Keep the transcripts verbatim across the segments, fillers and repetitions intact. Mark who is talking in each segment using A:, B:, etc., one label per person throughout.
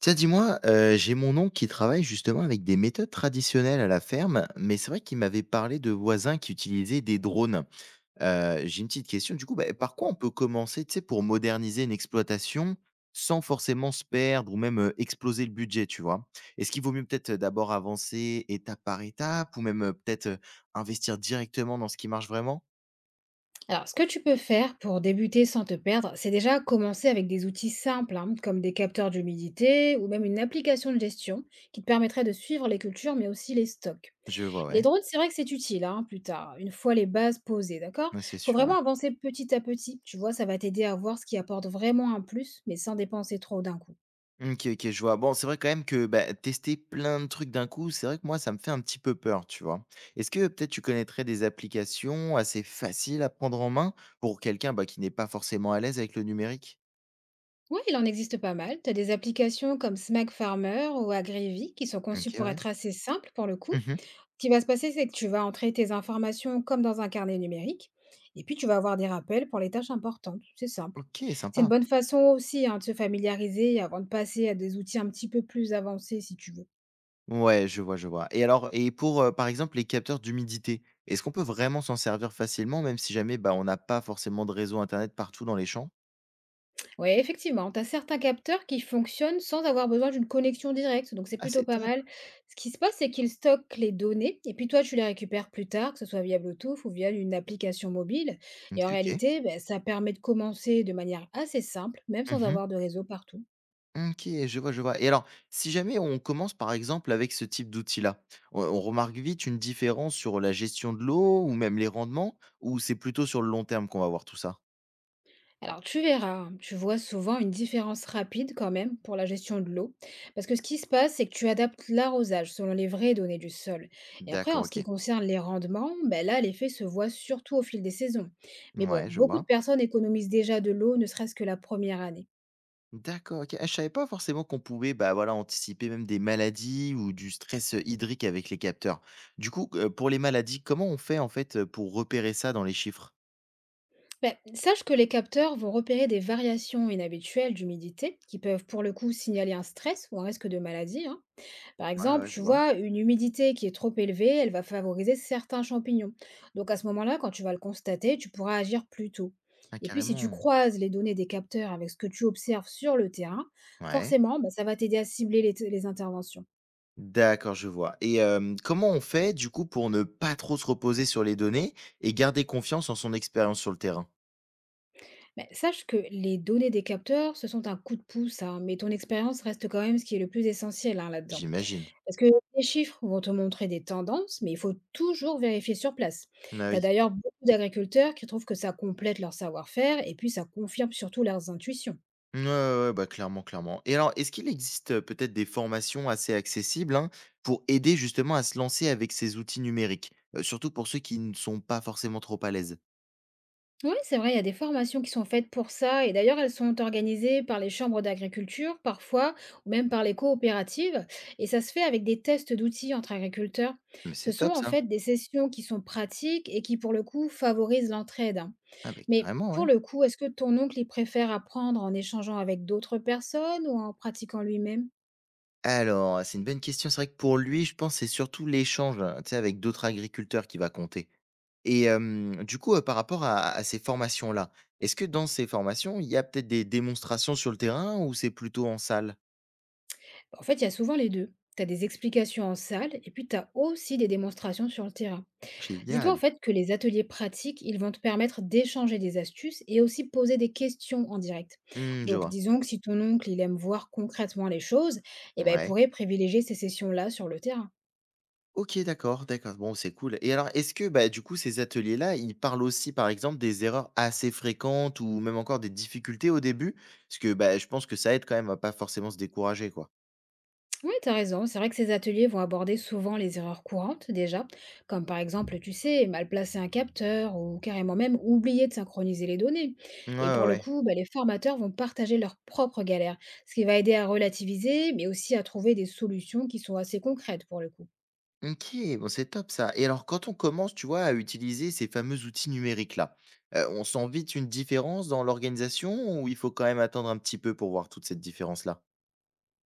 A: Tiens, dis-moi, heu, j'ai mon oncle qui travaille justement avec des méthodes traditionnelles à la ferme, mais c'est vrai qu'il m'avait parlé de voisins qui utilisaient des drones. Heu, j'ai une petite question, du coup, bah, par quoi on peut commencer, tu sais, pour moderniser une exploitation sans forcément se perdre ou même, heu, exploser le budget, tu vois? Est-ce qu'il vaut mieux peut-être, euh, d'abord avancer étape par étape ou même, heu, peut-être, heu, investir directement dans ce qui marche vraiment?
B: Alors, ce que tu peux faire pour débuter sans te perdre, c'est déjà commencer avec des outils simples, hein, comme des capteurs d'humidité ou même une application de gestion qui te permettrait de suivre les cultures, mais aussi les stocks.
A: Je vois,
B: Les
A: ouais.
B: drones, c'est vrai que c'est utile hein, plus tard, une fois les bases posées, d'accord,
A: Ouais, c'est
B: faut
A: sûr,
B: vraiment
A: ouais.
B: avancer petit à petit. Tu vois, ça va t'aider à voir ce qui apporte vraiment un plus, mais sans dépenser trop d'un coup.
A: Mmh, OK, OK, je vois. Bon, c'est vrai quand même que, bah, tester plein de trucs d'un coup, c'est vrai que moi, ça me fait un petit peu peur, tu vois? Est-ce que peut-être tu connaîtrais des applications assez faciles à prendre en main pour quelqu'un, bah, qui n'est pas forcément à l'aise avec le numérique?
B: Oui, il en existe pas mal. Tu as des applications comme Smack Farmer ou Agrivi qui sont conçues
A: OK,
B: pour
A: ouais.
B: être assez simples pour le coup.
A: Mmh.
B: Ce qui va se passer, c'est que tu vas entrer tes informations comme dans un carnet numérique et puis tu vas avoir des rappels pour les tâches importantes, c'est simple.
A: OK,
B: C'est une
A: sympa.
B: bonne façon aussi, hein, de se familiariser avant de passer à des outils un petit peu plus avancés si tu veux.
A: Ouais, je vois, je vois. Et alors et pour, heu, par exemple, les capteurs d'humidité, est-ce qu'on peut vraiment s'en servir facilement même si jamais, bah, on n'a pas forcément de réseau internet partout dans les champs?
B: Oui, effectivement, tu as certains capteurs qui fonctionnent sans avoir besoin d'une connexion directe, donc c'est
A: Ah,
B: plutôt
A: c'est
B: pas
A: top.
B: mal. Ce qui se passe, c'est qu'ils stockent les données et puis toi, tu les récupères plus tard, que ce soit via Bluetooth ou via une application mobile. Et en
A: OK, OK.
B: réalité, ben, ça permet de commencer de manière assez simple, même sans
A: Mmh.
B: avoir de réseau partout.
A: OK, je vois, je vois et alors, si jamais on commence, par exemple, avec ce type d'outil-là, on on remarque vite une différence sur la gestion de l'eau ou même les rendements? Ou c'est plutôt sur le long terme qu'on va voir tout ça?
B: Alors tu verras, hein, tu vois souvent une différence rapide quand même pour la gestion de l'eau, parce que ce qui se passe, c'est que tu adaptes l'arrosage selon les vraies données du sol. Et après,
A: D'accord,
B: en ce qui
A: OK.
B: concerne les rendements, ben là, l'effet se voit surtout au fil des saisons. Mais bon,
A: Ouais, je
B: beaucoup de
A: vois.
B: personnes économisent déjà de l'eau, ne serait-ce que la première année.
A: D'accord, OK. Ah, je savais pas forcément qu'on pouvait, bah, voilà, anticiper même des maladies ou du stress, heu, hydrique avec les capteurs. Du coup, heu, pour les maladies, comment on fait, en fait, heu, pour repérer ça dans les chiffres?
B: Ben, sache que les capteurs vont repérer des variations inhabituelles d'humidité qui peuvent pour le coup signaler un stress ou un risque de maladie, hein. Par
A: Ouais,
B: exemple,
A: ouais, je
B: tu
A: vois.
B: vois, une humidité qui est trop élevée, elle va favoriser certains champignons. Donc à ce moment-là, quand tu vas le constater, tu pourras agir plus tôt.
A: Ah,
B: Et puis si tu
A: carrément.
B: croises les données des capteurs avec ce que tu observes sur le terrain,
A: Ouais.
B: forcément, bah, ça va t'aider à cibler les, t- les interventions.
A: D'accord, je vois. Et hem, comment on fait du coup pour ne pas trop se reposer sur les données et garder confiance en son expérience sur le terrain?
B: Mais sache que les données des capteurs, ce sont un coup de pouce, hein, mais ton expérience reste quand même ce qui est le plus essentiel, hein, là-dedans.
A: J'imagine.
B: Parce que les chiffres vont te montrer des tendances, mais il faut toujours vérifier sur place.
A: Bah
B: Tu as
A: oui.
B: d'ailleurs beaucoup d'agriculteurs qui trouvent que ça complète leur savoir-faire et puis ça confirme surtout leurs intuitions.
A: Ouais, ouais, ouais, bah clairement, clairement. Et alors, est-ce qu'il existe, heu, peut-être des formations assez accessibles, hein, pour aider justement à se lancer avec ces outils numériques? Heu, surtout pour ceux qui ne sont pas forcément trop à l'aise.
B: Oui, c'est vrai, il y a des formations qui sont faites pour ça et d'ailleurs elles sont organisées par les chambres d'agriculture parfois ou même par les coopératives et ça se fait avec des tests d'outils entre agriculteurs.
A: Mais c'est
B: Ce sont
A: top
B: en
A: ça.
B: fait des sessions qui sont pratiques et qui pour le coup favorisent l'entraide, hein.
A: Ah bah
B: Mais
A: carrément,
B: pour
A: ouais.
B: le coup, est-ce que ton oncle, il préfère apprendre en échangeant avec d'autres personnes ou en pratiquant lui-même?
A: Alors, c'est une bonne question. C'est vrai que pour lui, je pense, que c'est surtout l'échange, heu, tu sais, avec d'autres agriculteurs qui va compter. Et hem, du coup, heu, par rapport à à ces formations-là, est-ce que dans ces formations, il y a peut-être des démonstrations sur le terrain ou c'est plutôt en salle?
B: En fait, il y a souvent les deux. Tu as des explications en salle et puis tu as aussi des démonstrations sur le terrain. Dis-toi en
A: Génial.
B: fait que les ateliers pratiques, ils vont te permettre d'échanger des astuces et aussi poser des questions en direct.
A: Mmh, je
B: Donc,
A: vois.
B: disons que si ton oncle, il aime voir concrètement les choses, eh ben, il
A: Ouais.
B: pourrait privilégier ces sessions-là sur le terrain.
A: OK, d'accord, d'accord. Bon, c'est cool et alors est-ce que, bah, du coup, ces ateliers-là, ils parlent aussi, par exemple, des erreurs assez fréquentes ou même encore des difficultés au début? Parce que, bah, je pense que ça aide quand même à pas forcément se décourager, quoi.
B: Oui, tu as raison. C'est vrai que ces ateliers vont aborder souvent les erreurs courantes déjà, comme par exemple, tu sais, mal placer un capteur ou carrément même oublier de synchroniser les données.
A: Ouais,
B: Et
A: ouais,
B: pour le
A: ouais.
B: coup, bah, les formateurs vont partager leurs propres galères, ce qui va aider à relativiser, mais aussi à trouver des solutions qui sont assez concrètes pour le coup.
A: OK, bon, c'est top ça. Et alors, quand on commence, tu vois, à utiliser ces fameux outils numériques-là, heu, on sent vite une différence dans l'organisation ou il faut quand même attendre un petit peu pour voir toute cette différence-là?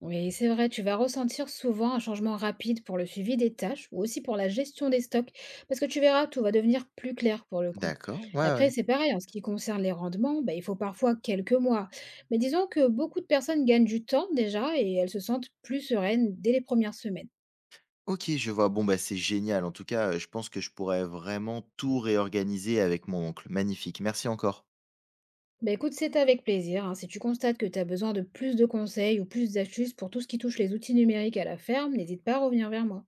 B: Oui, c'est vrai, tu vas ressentir souvent un changement rapide pour le suivi des tâches ou aussi pour la gestion des stocks, parce que tu verras, tout va devenir plus clair pour le coup.
A: D'accord, ouais,
B: Après,
A: ouais.
B: c'est pareil, en ce qui concerne les rendements, bah, il faut parfois quelques mois. Mais disons que beaucoup de personnes gagnent du temps déjà et elles se sentent plus sereines dès les premières semaines.
A: OK, je vois. Bon, bah, c'est génial. En tout cas, heu, je pense que je pourrais vraiment tout réorganiser avec mon oncle. Magnifique. Merci encore.
B: Bah, écoute, c'est avec plaisir, hein. Si tu constates que tu as besoin de plus de conseils ou plus d'astuces pour tout ce qui touche les outils numériques à la ferme, n'hésite pas à revenir vers moi.